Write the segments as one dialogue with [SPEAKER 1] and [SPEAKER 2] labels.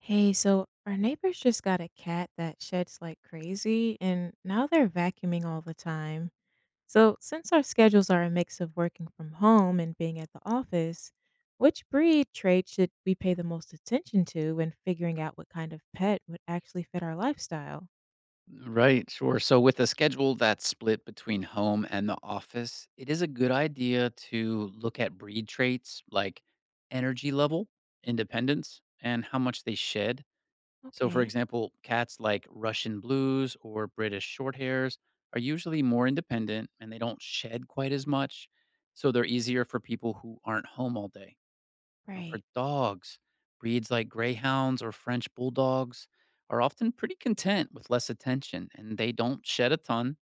[SPEAKER 1] Hey, so our neighbors just got a cat that sheds like crazy, and now they're vacuuming all the time. So, since our schedules are a mix of working from home and being at the office, which breed trait should we pay the most attention to when figuring out what kind of pet would actually fit our lifestyle?
[SPEAKER 2] Right, sure. So, with a schedule that's split between home and the office, it is a good idea to look at breed traits like energy level, independence, and how much they shed. So, for
[SPEAKER 1] Okay,
[SPEAKER 2] example, cats like Russian blues or British shorthairs are usually more independent and they don't shed quite as much. So, they're easier for people who aren't home all day. Now, for
[SPEAKER 1] right.
[SPEAKER 2] dogs, breeds like greyhounds or French bulldogs are often pretty content with less attention and they don't shed a ton.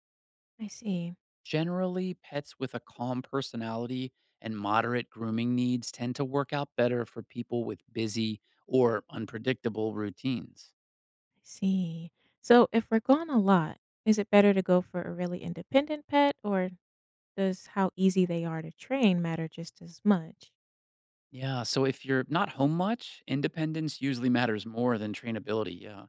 [SPEAKER 1] I see.
[SPEAKER 2] Generally, pets with a calm personality and moderate grooming needs tend to work out better for people with busy or unpredictable routines.
[SPEAKER 1] I see. So, if we're gone a lot, is it better to go for a really independent pet, or does how easy they are to train matter just as much?
[SPEAKER 2] Yeah, so if you're not home much, independence usually matters more than trainability. Yeah.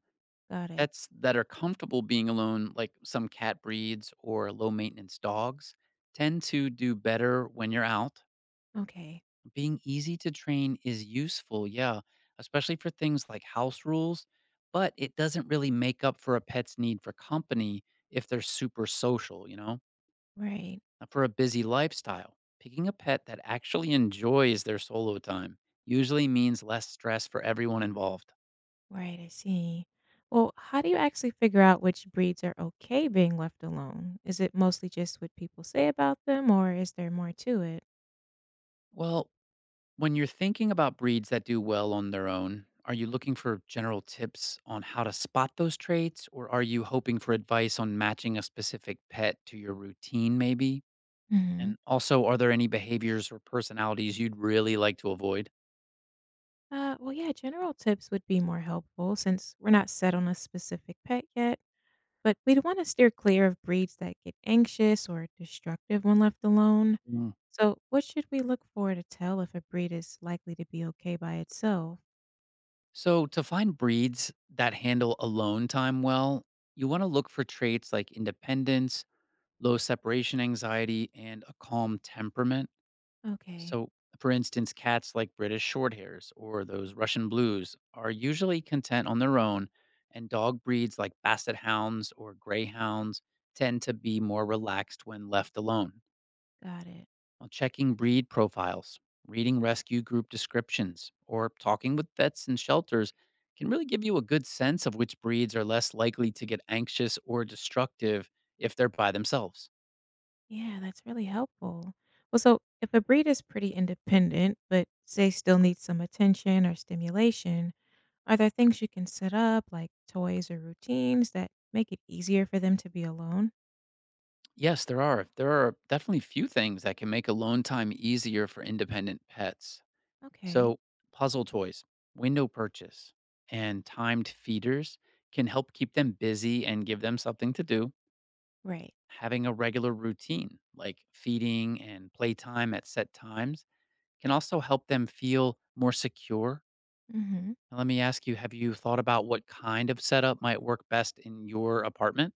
[SPEAKER 1] Got it.
[SPEAKER 2] Pets that are comfortable being alone, like some cat breeds or low maintenance dogs, tend to do better when you're out.
[SPEAKER 1] Okay.
[SPEAKER 2] Being easy to train is useful, yeah, especially for things like house rules, but it doesn't really make up for a pet's need for company if they're super social, you know?
[SPEAKER 1] Right.
[SPEAKER 2] Now, for a busy lifestyle, picking a pet that actually enjoys their solo time usually means less stress for everyone involved.
[SPEAKER 1] Right. I see. Well, how do you actually figure out which breeds are okay being left alone? Is it mostly just what people say about them, or is there more to it?
[SPEAKER 2] Well, when you're thinking about breeds that do well on their own, are you looking for general tips on how to spot those traits, or are you hoping for advice on matching a specific pet to your routine, maybe?
[SPEAKER 1] Hmm.
[SPEAKER 2] And also, are there any behaviors or personalities you'd really like to avoid?
[SPEAKER 1] Well, yeah, general tips would be more helpful since we're not set on a specific pet yet, but we'd want to steer clear of breeds that get anxious or destructive when left alone.
[SPEAKER 2] Mm,
[SPEAKER 1] So, what should we look for to tell if a breed is likely to be okay by itself?
[SPEAKER 2] So, to find breeds that handle alone time well, you want to look for traits like independence, low separation anxiety, and a calm temperament.
[SPEAKER 1] Okay,
[SPEAKER 2] So, for instance, cats like British Shorthairs or those Russian Blues are usually content on their own, and dog breeds like Basset Hounds or Greyhounds tend to be more relaxed when left alone.
[SPEAKER 1] got it.
[SPEAKER 2] Now, checking breed profiles, reading rescue group descriptions, or talking with vets and shelters can really give you a good sense of which breeds are less likely to get anxious or destructive if they're by themselves.
[SPEAKER 1] Yeah, that's really helpful. Well, so if a breed is pretty independent, but say still needs some attention or stimulation, are there things you can set up, like toys or routines, that make it easier for them to be alone?
[SPEAKER 2] Yes, there are. There are definitely few things that can make alone time easier for independent pets.
[SPEAKER 1] Okay.
[SPEAKER 2] So, puzzle toys, window purchase, and timed feeders can help keep them busy and give them something to do.
[SPEAKER 1] Right.
[SPEAKER 2] Having a regular routine, like feeding and playtime at set times, can also help them feel more secure.
[SPEAKER 1] Mm-hmm.
[SPEAKER 2] Now, let me ask you, have you thought about what kind of setup might work best in your apartment?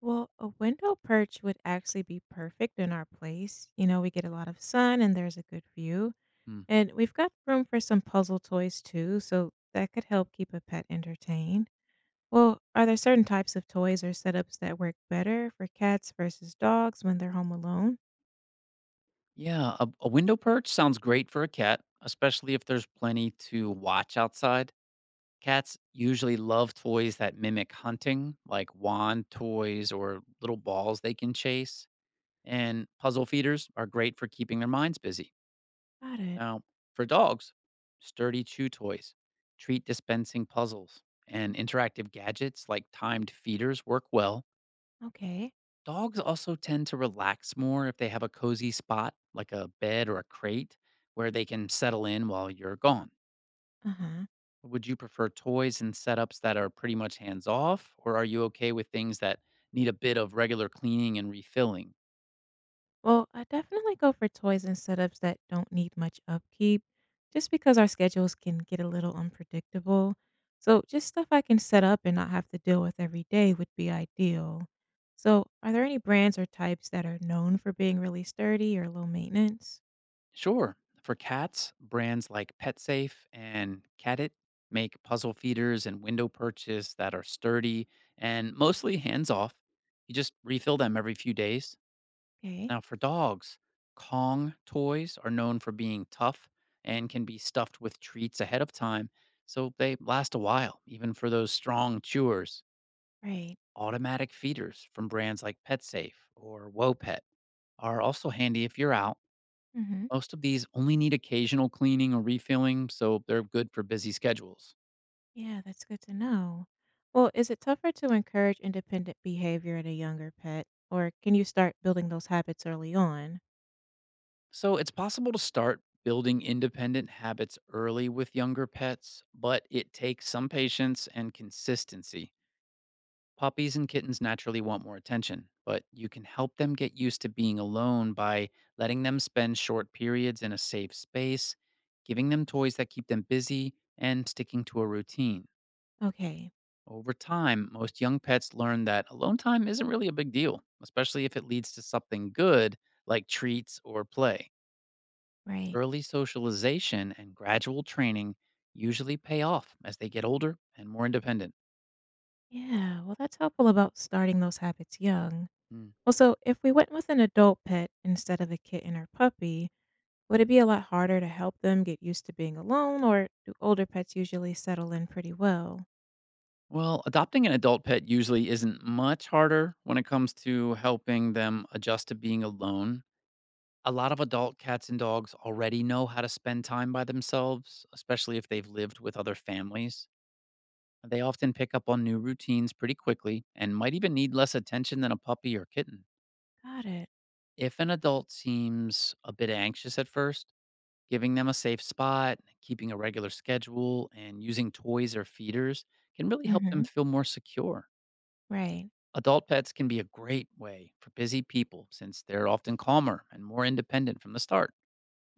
[SPEAKER 1] Well, a window perch would actually be perfect in our place. We get a lot of sun and there's a good view. And we've got room for some puzzle toys too, so that could help keep a pet entertained. Well, are there certain types of toys or setups that work better for cats versus dogs when they're home alone?
[SPEAKER 2] Yeah, a window perch sounds great for a cat, especially if there's plenty to watch outside. Cats usually love toys that mimic hunting, like wand toys or little balls they can chase. And puzzle feeders are great for keeping their minds busy.
[SPEAKER 1] Got it.
[SPEAKER 2] Now, for dogs, sturdy chew toys, treat dispensing puzzles, and interactive gadgets like timed feeders work well.
[SPEAKER 1] Okay.
[SPEAKER 2] Dogs also tend to relax more if they have a cozy spot, like a bed or a crate, where they can settle in while you're gone.
[SPEAKER 1] Uh huh.
[SPEAKER 2] Would you prefer toys and setups that are pretty much hands off, or are you okay with things that need a bit of regular cleaning and refilling?
[SPEAKER 1] Well, I definitely go for toys and setups that don't need much upkeep just because our schedules can get a little unpredictable. So, just stuff I can set up and not have to deal with every day would be ideal. So, are there any brands or types that are known for being really sturdy or low maintenance?
[SPEAKER 2] Sure. For cats, brands like PetSafe and Catit make puzzle feeders and window perches that are sturdy and mostly hands off. You just refill them every few days.
[SPEAKER 1] Okay.
[SPEAKER 2] Now, for dogs, Kong toys are known for being tough and can be stuffed with treats ahead of time, so they last a while, even for those strong chewers.
[SPEAKER 1] Right.
[SPEAKER 2] Automatic feeders from brands like PetSafe or WoPet are also handy if you're out.
[SPEAKER 1] Mm hmm.
[SPEAKER 2] Most of these only need occasional cleaning or refilling, so they're good for busy schedules.
[SPEAKER 1] Yeah, that's good to know. Well, is it tougher to encourage independent behavior in a younger pet, or can you start building those habits early on?
[SPEAKER 2] So it's possible to start building independent habits early with younger pets, but it takes some patience and consistency. Puppies and kittens naturally want more attention, but you can help them get used to being alone by letting them spend short periods in a safe space, giving them toys that keep them busy, and sticking to a routine.
[SPEAKER 1] Okay,
[SPEAKER 2] Over time, most young pets learn that alone time isn't really a big deal, especially if it leads to something good like treats or play.
[SPEAKER 1] right.
[SPEAKER 2] Early socialization and gradual training usually pay off as they get older and more independent.
[SPEAKER 1] Yeah, well, that's helpful about starting those habits young.
[SPEAKER 2] Hmm.
[SPEAKER 1] Well, so if we went with an adult pet instead of a kitten or puppy, would it be a lot harder to help them get used to being alone, or do older pets usually settle in pretty well?
[SPEAKER 2] Well, adopting an adult pet usually isn't much harder when it comes to helping them adjust to being alone. A lot of adult cats and dogs already know how to spend time by themselves, especially if they've lived with other families. They often pick up on new routines pretty quickly and might even need less attention than a puppy or kitten.
[SPEAKER 1] Got it.
[SPEAKER 2] If an adult seems a bit anxious at first, giving them a safe spot, keeping a regular schedule, and using toys or feeders can really help
[SPEAKER 1] Mm-hmm.
[SPEAKER 2] them feel more secure.
[SPEAKER 1] Right.
[SPEAKER 2] Adult pets can be a great way for busy people since they're often calmer and more independent from the start.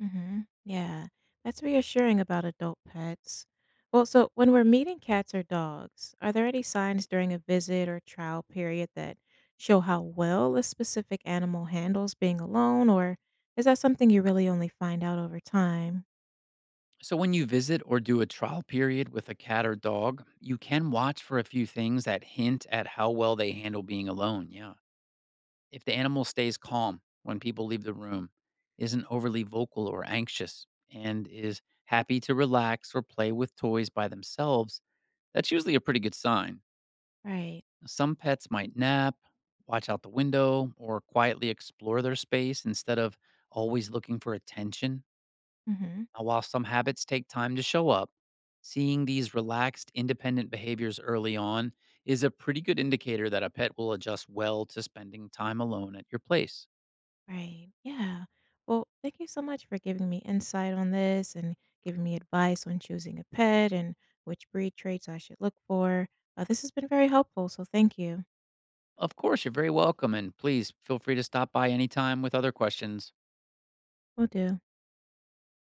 [SPEAKER 1] Mm-hmm. Yeah, that's reassuring about adult pets. Well, so when we're meeting cats or dogs, are there any signs during a visit or trial period that show how well a specific animal handles being alone, or is that something you really only find out over time?
[SPEAKER 2] So, when you visit or do a trial period with a cat or dog, you can watch for a few things that hint at how well they handle being alone. Yeah. If the animal stays calm when people leave the room, isn't overly vocal or anxious, and is happy to relax or play with toys by themselves, that's usually a pretty good sign.
[SPEAKER 1] Right.
[SPEAKER 2] Some pets might nap, watch out the window, or quietly explore their space instead of always looking for attention.
[SPEAKER 1] Mm-hmm.
[SPEAKER 2] Now, while some habits take time to show up, seeing these relaxed, independent behaviors early on is a pretty good indicator that a pet will adjust well to spending time alone at your place.
[SPEAKER 1] Right. Yeah. Well, thank you so much for giving me insight on this and giving me advice on choosing a pet and which breed traits I should look for. This has been very helpful, so thank you.
[SPEAKER 2] Of course, you're very welcome, and please feel free to stop by anytime with other questions.
[SPEAKER 1] Will do.